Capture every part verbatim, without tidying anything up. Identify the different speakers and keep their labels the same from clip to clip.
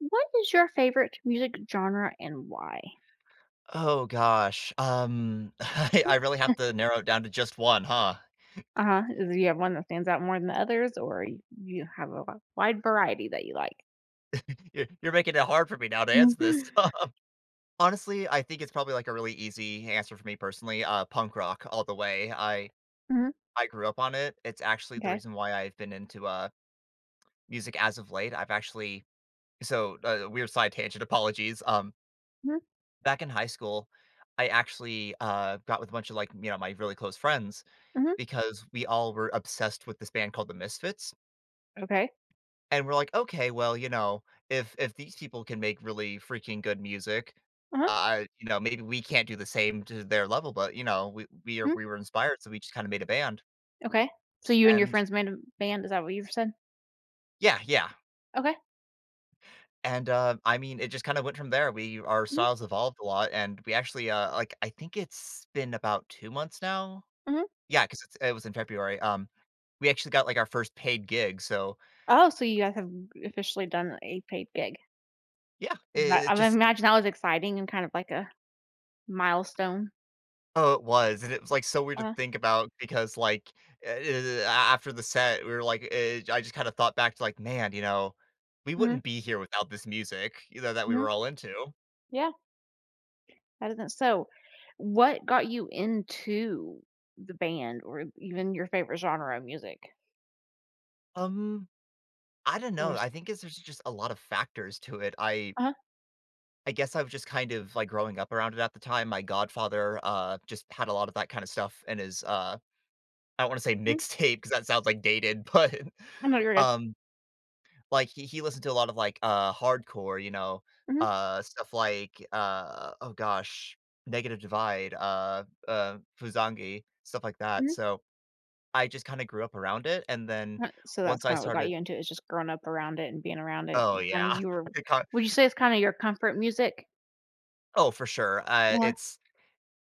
Speaker 1: What is your favorite music genre and why?
Speaker 2: Oh gosh, um, I I really have to narrow it down to just one, huh?
Speaker 1: Uh-huh. Do you have one that stands out more than the others, or you you have a wi- wide variety that you like?
Speaker 2: You're you're making it hard for me now to
Speaker 1: Mm.
Speaker 2: answer this. Honestly, I think it's probably, like, a really easy answer for me personally, uh, punk rock all the way. I
Speaker 1: Mhm.
Speaker 2: I grew up on it. It's actually the
Speaker 1: Okay.
Speaker 2: reason why I've been into, uh, music as of late. I've actually so, uh, weird side tangent, apologies, um,
Speaker 1: Mhm.
Speaker 2: back in high school, I actually, uh, got with a bunch of, like, you know, my really close friends
Speaker 1: Mhm.
Speaker 2: because we all were obsessed with this band called The Misfits.
Speaker 1: Okay.
Speaker 2: And we're like, "Okay, well, you know, if if these people can make really freaking good music,
Speaker 1: Uh-huh.
Speaker 2: uh, you know, maybe we can't do the same to their level, but, you know, we we are
Speaker 1: Mhm.
Speaker 2: we were inspired, so we just kinda made a band."
Speaker 1: Okay. So you and your
Speaker 2: And
Speaker 1: friends made a band. Is that what you said?
Speaker 2: Yeah, yeah.
Speaker 1: Okay.
Speaker 2: And, uh, I mean, it just kinda went from there. We Our
Speaker 1: Mhm.
Speaker 2: styles evolved a lot, and we actually, uh, like, I think it's been about two months now?
Speaker 1: Mhm.
Speaker 2: Yeah, because it was in February, um, we actually got, like, our first paid gig, so,
Speaker 1: Oh, so you guys have officially done a paid gig.
Speaker 2: yeah,
Speaker 1: That,
Speaker 2: it it
Speaker 1: I
Speaker 2: just.
Speaker 1: imagine that was exciting and kind of like a milestone.
Speaker 2: Oh, it was, and it was, like, so weird to
Speaker 1: Uh,
Speaker 2: think about because, like, uh, uh, a after the set, we were like, eh I just kinda thought back to, like, "Man, you know, we
Speaker 1: mhm.
Speaker 2: wouldn't be here without this music, you know, that we
Speaker 1: Mhm.
Speaker 2: were all into."
Speaker 1: Yeah. That isn't so What got you into the band or even your favorite genre of music?
Speaker 2: Um, I don't
Speaker 1: Is there
Speaker 2: know, I
Speaker 1: s
Speaker 2: think it's there's just a lot of factors to it. I
Speaker 1: uh-huh,
Speaker 2: I guess I was just kind of, like, growing up around it at the time. My godfather, uh, just had a lot of that kinda stuff in his, uh I don't wanna say
Speaker 1: mhm,
Speaker 2: mixtape because that sounds, like, dated, but,
Speaker 1: oh, no, you're good.
Speaker 2: um like, he he listened to a lot of, like, uh, hardcore, you know,
Speaker 1: Mhm,
Speaker 2: uh, stuff like, uh, oh gosh, Negative Divide, uh, uh, Fuzangi, stuff like that,
Speaker 1: mhm,
Speaker 2: so, I just kinda grew up around it, and then
Speaker 1: uh, so that's
Speaker 2: once I
Speaker 1: kinda what got
Speaker 2: started
Speaker 1: you into it, is just growing up around it and being around it,
Speaker 2: oh, yeah.
Speaker 1: kinda your
Speaker 2: It kin
Speaker 1: would you say it's kinda your comfort music?
Speaker 2: Oh, for sure, uh,
Speaker 1: Uh-huh,
Speaker 2: it's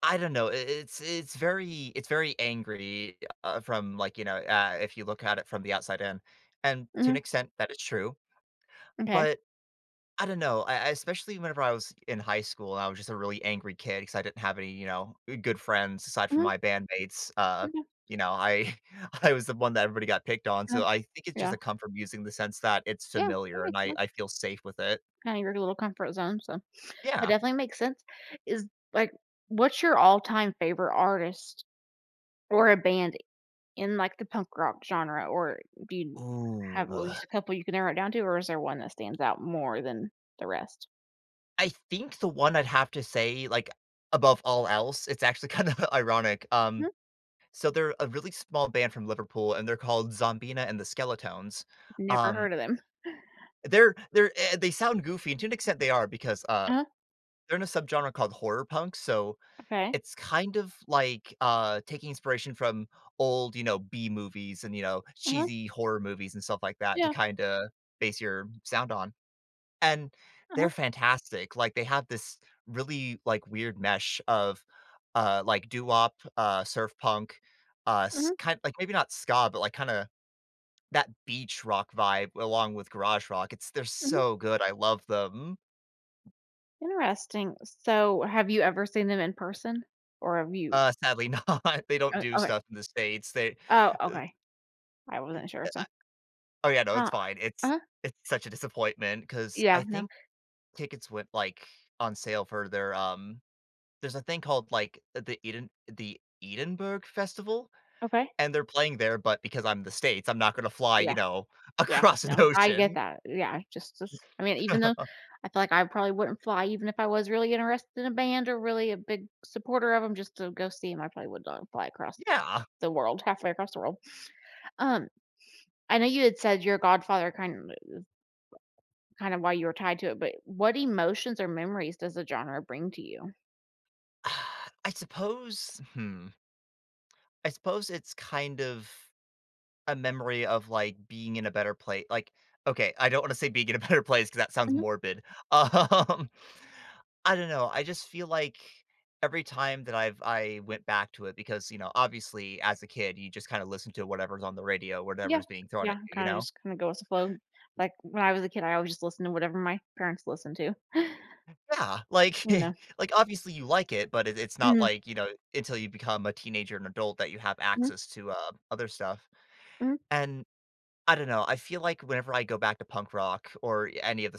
Speaker 2: I don't know, I it's it's very it's very angry, uh, from, like, you know, uh, if you look at it from the outside in, and to an
Speaker 1: mhm,
Speaker 2: extent, that is true,
Speaker 1: okay,
Speaker 2: but I don't know, I I especially whenever I was in high school and I was just a really angry kid because I didn't have any, you know, uh, good friends aside from
Speaker 1: mhm,
Speaker 2: my bandmates, uh,
Speaker 1: yeah,
Speaker 2: you know, I I was the one that everybody got picked on,
Speaker 1: yeah,
Speaker 2: so I think it's just
Speaker 1: yeah,
Speaker 2: a comfort music in the sense that it's
Speaker 1: yeah, that
Speaker 2: familiar and
Speaker 1: makes
Speaker 2: I I
Speaker 1: sense.
Speaker 2: feel safe with it.
Speaker 1: Kinda your little comfort zone, so that
Speaker 2: Yeah.
Speaker 1: definitely makes sense. Is like, what's your all-time favorite artist or a band in, like, the punk rock genre, or do you have at
Speaker 2: Ooh,
Speaker 1: least a couple you can narrow it down to, or is there one that stands out more than the rest?
Speaker 2: I think the one I'd have to say, like, above all else, it's actually kinda ironic, um,
Speaker 1: Mhm.
Speaker 2: so they're a really small band from Liverpool, and they're called Zombina and the Skeletones,
Speaker 1: Never
Speaker 2: um
Speaker 1: heard of them.
Speaker 2: They're they're eh, they sound goofy, and to an extent they are because, uh,
Speaker 1: Uh-huh,
Speaker 2: they're in a subgenre called horror punk, so
Speaker 1: okay.
Speaker 2: it's kind of like, uh, taking inspiration from old, you know, B-movies and, you know,
Speaker 1: Uh-huh,
Speaker 2: cheesy horror movies and stuff like that to
Speaker 1: yeah,
Speaker 2: kinda base your sound on, and
Speaker 1: uh-huh,
Speaker 2: they're fantastic, like, they have this really, like, weird mesh of, uh, like, doo-wop, uh, surf punk, uh,
Speaker 1: mhm,
Speaker 2: kind like, maybe not ska, but, like, kinda that beach rock vibe along with garage rock. It's They're
Speaker 1: mhm.
Speaker 2: so good, I love them.
Speaker 1: Interesting. So, have you ever seen them in person? Or have you
Speaker 2: Uh, sadly not, they don't
Speaker 1: oh,
Speaker 2: do
Speaker 1: okay.
Speaker 2: stuff in the States, they
Speaker 1: Oh,
Speaker 2: uh,
Speaker 1: okay. I wasn't sure, so
Speaker 2: oh, yeah, no,
Speaker 1: Uh,
Speaker 2: it's fine, it's
Speaker 1: uh-huh.
Speaker 2: it's such a disappointment because
Speaker 1: Yeah,
Speaker 2: I
Speaker 1: no.
Speaker 2: think tickets went, like, on sale for their, um there's a thing called, like, uh, the Eden the Edinburgh Festival,
Speaker 1: Okay.
Speaker 2: and they're playing there, but because I'm in the States, I'm not gonna fly, you
Speaker 1: Yeah.
Speaker 2: know,
Speaker 1: Yeah,
Speaker 2: across an
Speaker 1: no, I get
Speaker 2: ocean.
Speaker 1: that. Yeah, just just I mean, even though I feel like I probably wouldn't fly even if I was really interested in a band or really a big supporter of them, just to go see them, I probably would not fly across
Speaker 2: Yeah.
Speaker 1: the world, halfway across the world. Um, I know you had said your Godfather kind of kind of why you were tied to it, but what emotions or memories does the genre bring to you?
Speaker 2: I suppose hmm, I suppose it's kind of a memory of, like, being in a better place, like, okay, I don't wanna say being in a better place because that sounds
Speaker 1: Mhm.
Speaker 2: morbid. Um, I don't know, I just feel like every time that I've I went back to it because, you know, obviously, as a kid, you just kinda listen to whatever's on the radio,
Speaker 1: Yeah,
Speaker 2: whatever's being thrown
Speaker 1: yeah,
Speaker 2: at you, you
Speaker 1: kinda
Speaker 2: know?
Speaker 1: just kinda go with the flow. Like, when I was a kid, I always just listened to whatever my parents listened to,
Speaker 2: Yeah, like
Speaker 1: you know?
Speaker 2: like, obviously, you like it, but it it's not
Speaker 1: Mhm,
Speaker 2: like, you know, until you become a teenager and adult that you have
Speaker 1: mhm,
Speaker 2: access to, uh, other stuff,
Speaker 1: mhm,
Speaker 2: and I don't know, I feel like whenever I go back to punk rock or any of the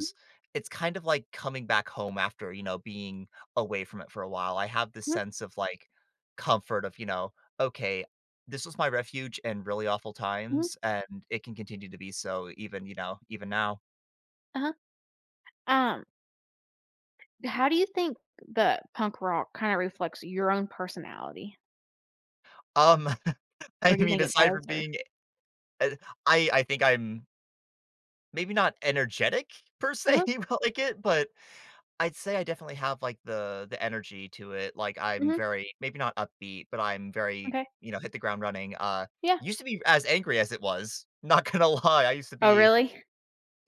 Speaker 1: mhm,
Speaker 2: it's kind of like coming back home after, you know, being away from it for a while. I have this
Speaker 1: mhm,
Speaker 2: sense of, like, comfort of, you know, "Okay, this was my refuge in really awful
Speaker 1: mhm,
Speaker 2: times, and it can continue to be so even, you know, even now."
Speaker 1: uh-huh, um. How do you think that punk rock kinda reflects your own personality?
Speaker 2: Um,
Speaker 1: Or
Speaker 2: I
Speaker 1: do you
Speaker 2: mean,
Speaker 1: think it
Speaker 2: aside
Speaker 1: does,
Speaker 2: from
Speaker 1: or
Speaker 2: being, eh I I think I'm maybe not energetic per se,
Speaker 1: uh-huh,
Speaker 2: like it, but I'd say I definitely have, like, the the energy to it, like, I'm
Speaker 1: mhm,
Speaker 2: very maybe not upbeat, but I'm very,
Speaker 1: okay,
Speaker 2: you know, hit the ground running, uh,
Speaker 1: yeah.
Speaker 2: used to be as angry as it was, not gonna lie, I used to
Speaker 1: Oh,
Speaker 2: be.
Speaker 1: really?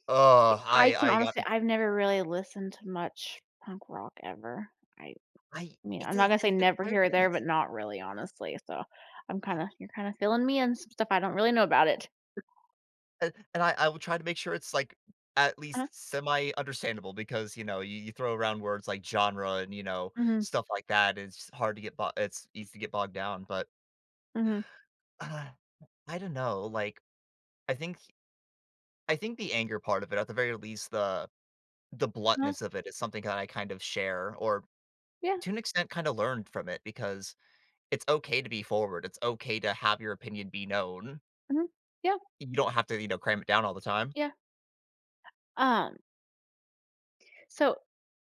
Speaker 2: Oh,
Speaker 1: I
Speaker 2: I
Speaker 1: can
Speaker 2: I got
Speaker 1: honestly I've never really listened to much punk rock ever. I
Speaker 2: I
Speaker 1: mean,
Speaker 2: it's
Speaker 1: I'm
Speaker 2: a
Speaker 1: not gonna
Speaker 2: it's
Speaker 1: say
Speaker 2: an
Speaker 1: never
Speaker 2: acquired
Speaker 1: here or there,
Speaker 2: taste,
Speaker 1: but not really, honestly, so I'm kinda you're kinda filling me in some stuff I don't really know about it.
Speaker 2: and and I I will try to make sure it's, like, at
Speaker 1: Uh-huh,
Speaker 2: least semi understandable because, you know, you you throw around words like genre and, you know,
Speaker 1: mhm,
Speaker 2: stuff like that, it's hard to get bo it's easy to get bogged down, but,
Speaker 1: mhm,
Speaker 2: uh, I don't know, like, I think I think the anger part of it, at the very least, the the
Speaker 1: uh-huh,
Speaker 2: bluntness of it is something that I kind of share or
Speaker 1: yeah,
Speaker 2: to an extent kind of learned from it because it's okay to be forward. It's okay to have your opinion be known.
Speaker 1: mhm, yeah,
Speaker 2: You don't have to, you know, cram it down all the time.
Speaker 1: yeah. Um, so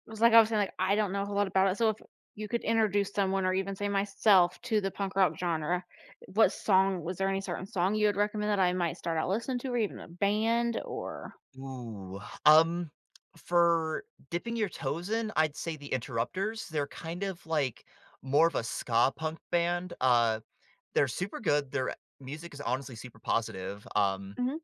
Speaker 1: was like I was saying, like, I don't know a whole lot about it, so if you could introduce someone or even say myself to the punk rock genre, what song was there any certain song you would recommend that I might start out listening to or even a band or
Speaker 2: Ooh. Um for dipping your toes in, I'd say the Interrupters, they're kind of like more of a ska punk band. Uh they're super good. Their music is honestly super positive. Um
Speaker 1: mhm,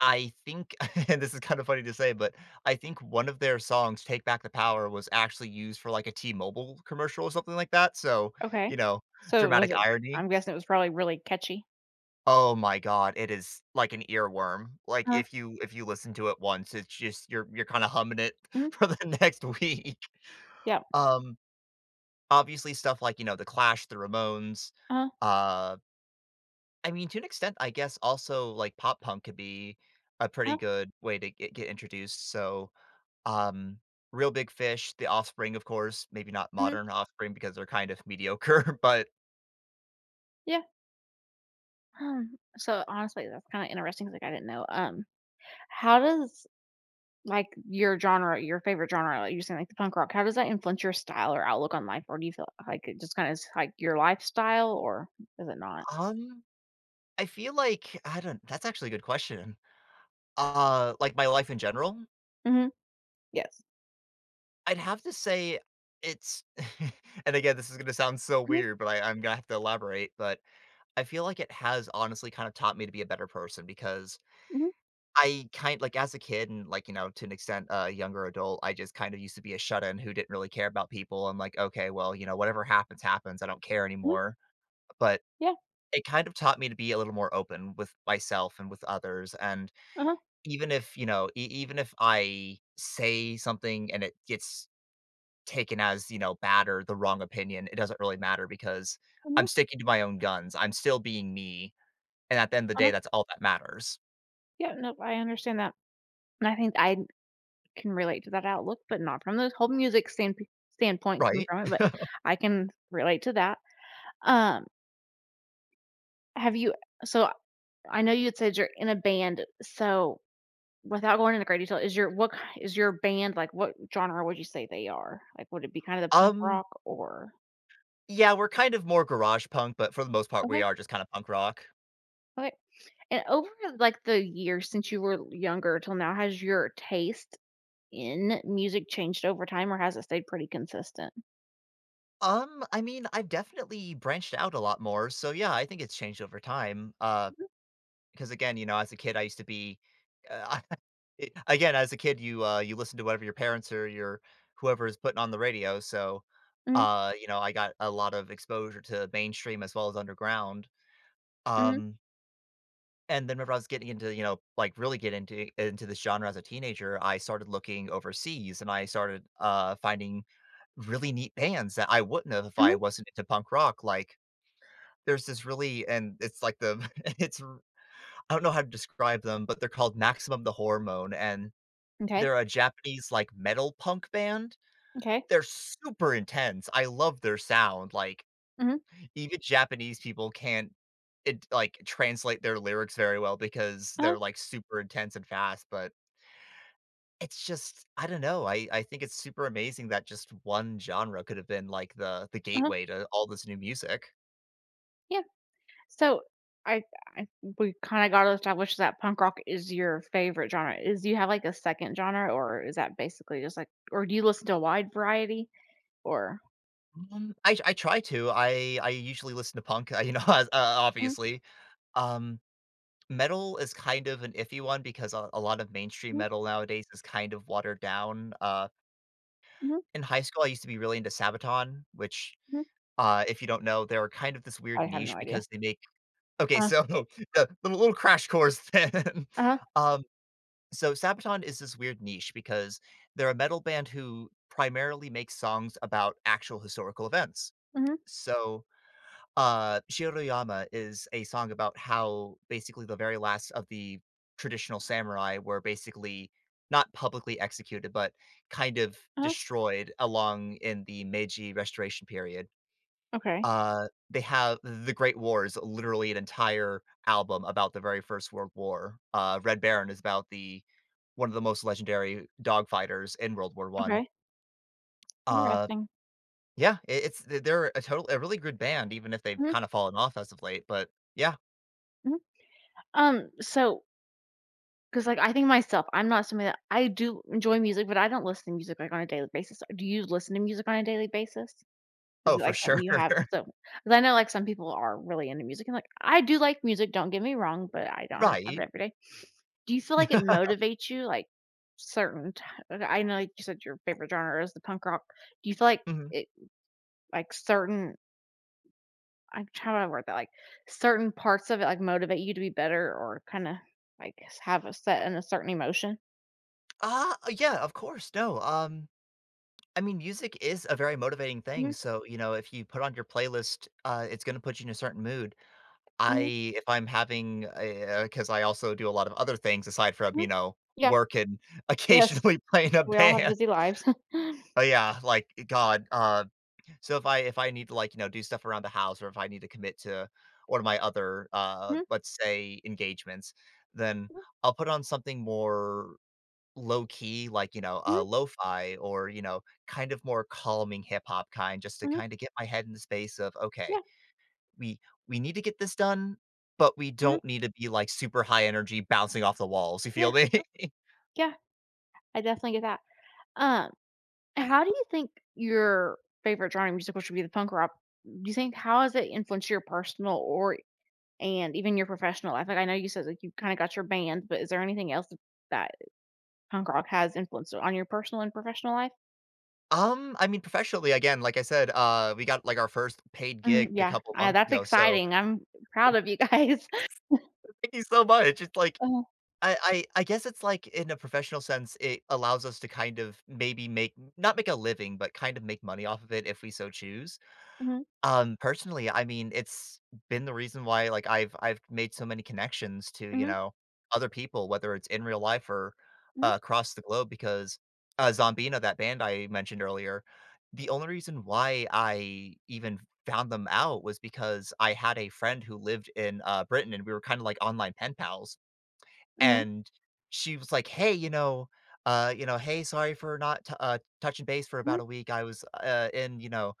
Speaker 2: I think and this is kind of funny to say, but I think one of their songs, "Take Back the Power," was actually used for, like, a T-Mobile commercial or something like that, so,
Speaker 1: okay.
Speaker 2: you know,
Speaker 1: So was
Speaker 2: dramatic
Speaker 1: it
Speaker 2: irony.
Speaker 1: I'm guessing it was probably really catchy.
Speaker 2: Oh my god, it is like an earworm. Like,
Speaker 1: Uh-huh,
Speaker 2: if you if you listen to it once, it's just you're you're kinda humming it
Speaker 1: yeah,
Speaker 2: for the next week. Um, Obviously stuff like, you know, The Clash, The Ramones,
Speaker 1: uh-huh,
Speaker 2: uh, I mean, to an extent, I guess also, like, pop punk could be a pretty
Speaker 1: uh-huh,
Speaker 2: good way to get get introduced, so Um, Real Big Fish, The Offspring, of course, maybe not
Speaker 1: mhm,
Speaker 2: modern Offspring because they're kind of mediocre, but,
Speaker 1: yeah, um, so honestly, that's kinda interesting 'cause, like, I didn't know, um, how does like, your genre your favorite genre, like, you're saying, like, the punk rock, how does that influence your style or outlook on life? Or do you feel like it just kinda is, like, your lifestyle, or is it not?
Speaker 2: um, I feel like I don't that's actually a good question. Uh, like my life in general?
Speaker 1: Mhm. Yes.
Speaker 2: I'd have to say it's and again, this is gonna sound so
Speaker 1: Mhm,
Speaker 2: weird, but I I'm gonna have to elaborate, but I feel like it has honestly kind of taught me to be a better person because
Speaker 1: mhm,
Speaker 2: I kind like, as a kid and, like, you know, to an extent, a younger adult, I just kind of used to be a shut-in who didn't really care about people. I'm like, "Okay, well, you know, whatever happens, happens. I don't care
Speaker 1: mhm.
Speaker 2: anymore." But
Speaker 1: Yeah.
Speaker 2: it kind of taught me to be a little more open with myself and with others, and
Speaker 1: Uh-huh.
Speaker 2: even if, you know, e even if I say something and it gets taken as, you know, bad or the wrong opinion, it doesn't really matter because
Speaker 1: Mhm.
Speaker 2: I'm sticking to my own guns. I'm still being me, and at the end of the day,
Speaker 1: Uh-huh.
Speaker 2: that's all that matters,
Speaker 1: Yeah, no, I understand that. And I think I can relate to that outlook, but not from the whole music stand standpoint coming
Speaker 2: right?
Speaker 1: from it, but I can relate to that. Um, have you so, I know you had said you're in a band, so without going into great detail, is your what is your band like, what genre would you say they are? Like, would it be kind of the punk
Speaker 2: Um
Speaker 1: rock or
Speaker 2: Yeah, we're kind of more garage punk, but for the most part, we
Speaker 1: okay,
Speaker 2: are just kinda punk rock.
Speaker 1: okay. And over, like, the years since you were younger till now, has your taste in music changed over time, or has it stayed pretty consistent?
Speaker 2: Um, I mean, I've definitely branched out a lot more, so yeah, I think it's changed over time, uh, because again, you know, as a kid, I used to be uh, I again, as a kid, you, uh, you listen to whatever your parents or your whoever is putting on the radio, so,
Speaker 1: Mhm,
Speaker 2: uh, you know, I got a lot of exposure to mainstream as well as underground.
Speaker 1: mhm,
Speaker 2: Um, and then whenever I was getting into, you know, like, really get into into this genre as a teenager, I started looking overseas, and I started, uh, finding really neat bands that I wouldn't have if I
Speaker 1: mhm.
Speaker 2: wasn't into punk rock, like, there's this really and it's like the it's r I don't know how to describe them, but they're called Maximum the Hormone, and
Speaker 1: Okay,
Speaker 2: they're a Japanese, like, metal punk band.
Speaker 1: okay.
Speaker 2: They're super intense, I love their sound, like,
Speaker 1: Mhm.
Speaker 2: even Japanese people can't it like, translate their lyrics very well because
Speaker 1: Uh-huh,
Speaker 2: they're, like, super intense and fast, but it's just I don't know, I I think it's super amazing that just one genre could have been, like, the the
Speaker 1: uh-huh.
Speaker 2: gateway to all this new music.
Speaker 1: Yeah. So, I I we kinda got to establish that punk rock is your favorite genre. Is do you have, like, a second genre, or is that basically just, like or do you listen to a wide variety? Or
Speaker 2: Um, I I try to. I I usually listen to punk, uh, you know, as- uh,
Speaker 1: mhm,
Speaker 2: obviously. Um, Metal is kind of an iffy one because a, a lot of mainstream
Speaker 1: mhm,
Speaker 2: metal nowadays is kind of watered down. Uh,
Speaker 1: mhm,
Speaker 2: in high school, I used to be really into Sabaton, which,
Speaker 1: mhm.
Speaker 2: uh, if you don't know, they're kind of this
Speaker 1: I
Speaker 2: weird
Speaker 1: have no
Speaker 2: niche
Speaker 1: idea.
Speaker 2: because they make. Okay,
Speaker 1: Uh,
Speaker 2: so the little, little crash course then.
Speaker 1: huh
Speaker 2: um, so Sabaton is this weird niche because they're a metal band who primarily makes songs about actual historical events.
Speaker 1: mhm,
Speaker 2: So Uh, "Shiroyama" is a song about how basically the very last of the traditional samurai were basically not publicly executed, but kind of
Speaker 1: uh-huh.
Speaker 2: destroyed along in the Meiji Restoration period.
Speaker 1: Okay,
Speaker 2: Uh, they have the Great War is literally an entire album about the very First World War. Uh, Red Baron is about the one of the most legendary dogfighters in World War One.
Speaker 1: okay,
Speaker 2: Uh,
Speaker 1: interesting.
Speaker 2: yeah, I it's they're a total a really good band even if they've
Speaker 1: Mhm,
Speaker 2: kind of fallen off as of late, but yeah.
Speaker 1: mhm. Um, so 'cause, like, I think myself, I'm not somebody that I do enjoy music, but I don't listen to music, like, on a daily basis. Do you listen to music on a daily basis? Is
Speaker 2: Oh,
Speaker 1: it,
Speaker 2: for
Speaker 1: like, something
Speaker 2: sure.
Speaker 1: you have So, because I know, like, some people are really into music, and, like, I do like music, don't get me wrong, but I don't have to have it
Speaker 2: Right.
Speaker 1: every day. Do you feel like it motivates you, like, certain ti I know, like you said, your favorite genre is the punk rock. Do you feel like
Speaker 2: Mhm.
Speaker 1: it like certain I how do I word that? Like certain parts of it like motivate you to be better or kinda like have a set in a certain emotion?
Speaker 2: Ah, yeah, of course, no, um, I mean, music is a very motivating thing,
Speaker 1: Mhm,
Speaker 2: so, you know, if you put on your playlist, uh, it's gonna put you in a certain mood.
Speaker 1: mhm,
Speaker 2: I if I'm having because I also do a lot of other things aside from,
Speaker 1: mhm.
Speaker 2: you know,
Speaker 1: Yeah,
Speaker 2: work and
Speaker 1: yes.
Speaker 2: occasionally playing a
Speaker 1: We all have
Speaker 2: band.
Speaker 1: busy lives.
Speaker 2: But, yeah, like, eh, god, uh, so if I if I need to, like, you know, do stuff around the house or if I need to commit to one of my other, uh,
Speaker 1: Mhm,
Speaker 2: let's say, engagements, then
Speaker 1: mhm,
Speaker 2: I'll put on something more low key, like, you know, uh,
Speaker 1: mhm,
Speaker 2: lo-fi or, you know, kind of more calming hip hop kind just to
Speaker 1: mhm.
Speaker 2: kinda get my head in the space of, "Okay,
Speaker 1: Yeah,
Speaker 2: we we need to get this done, but we
Speaker 1: mhm,
Speaker 2: don't need to be, like, super high energy bouncing off the walls." You
Speaker 1: yeah,
Speaker 2: feel me?
Speaker 1: oh, yeah. I definitely get that. Um, how do you think your favorite genre of musical should be the punk rock? Do you think how has it influenced your personal or and even your professional life? Like I know you said like you kinda got your band, but is there anything else that punk rock has influenced on your personal and professional life?
Speaker 2: Um, I mean, professionally, again, like I said, uh, we got, like, our first paid
Speaker 1: Mhm,
Speaker 2: gig a
Speaker 1: yeah,
Speaker 2: couple
Speaker 1: uh,
Speaker 2: months
Speaker 1: that's
Speaker 2: ago, so
Speaker 1: exciting. I'm proud of you guys.
Speaker 2: thank you so much. It's like
Speaker 1: Uh-huh,
Speaker 2: I I I guess it's like in a professional sense, it allows us to kind of maybe make not make a living, but kind of make money off of it if we so choose.
Speaker 1: mhm,
Speaker 2: Um, personally, I mean, it's been the reason why, like, I've I've made so many connections to, you
Speaker 1: mhm,
Speaker 2: know, other people, whether it's in real life or,
Speaker 1: mhm,
Speaker 2: uh, across the globe because, uh, Zombina, that band I mentioned earlier, the only reason why I even found them out was because I had a friend who lived in, uh, Britain, and we were kinda like online pen pals,
Speaker 1: mhm,
Speaker 2: and she was like, "Hey, you know, uh, you know, hey, sorry for not t uh, touching base for
Speaker 1: mhm,
Speaker 2: about a week. I was, uh, in, you know,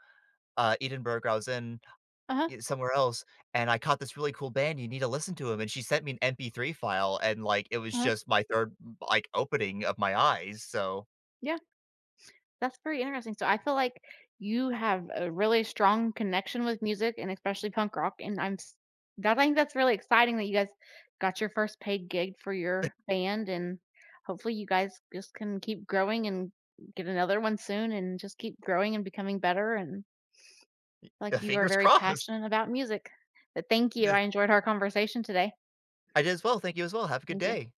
Speaker 2: uh, Edinburgh, I was in
Speaker 1: uh-huh,
Speaker 2: yeah, somewhere else, and I caught this really cool band, you need to listen to him." And she sent me an M P three file, and, like, it was
Speaker 1: uh-huh.
Speaker 2: just my third, like, opening of my eyes, so,
Speaker 1: Yeah, that's very interesting. So I feel like you have a really strong connection with music and especially punk rock, and I'm s that I think that's really exciting that you guys got your first paid gig for your band, and hopefully you guys just can keep growing and get another one soon and just keep growing and becoming better and like, you are
Speaker 2: fingers
Speaker 1: very
Speaker 2: crossed.
Speaker 1: passionate about music. But thank you. I enjoyed our conversation today.
Speaker 2: I did as well, thank you as well, have a good
Speaker 1: Thank you.
Speaker 2: day.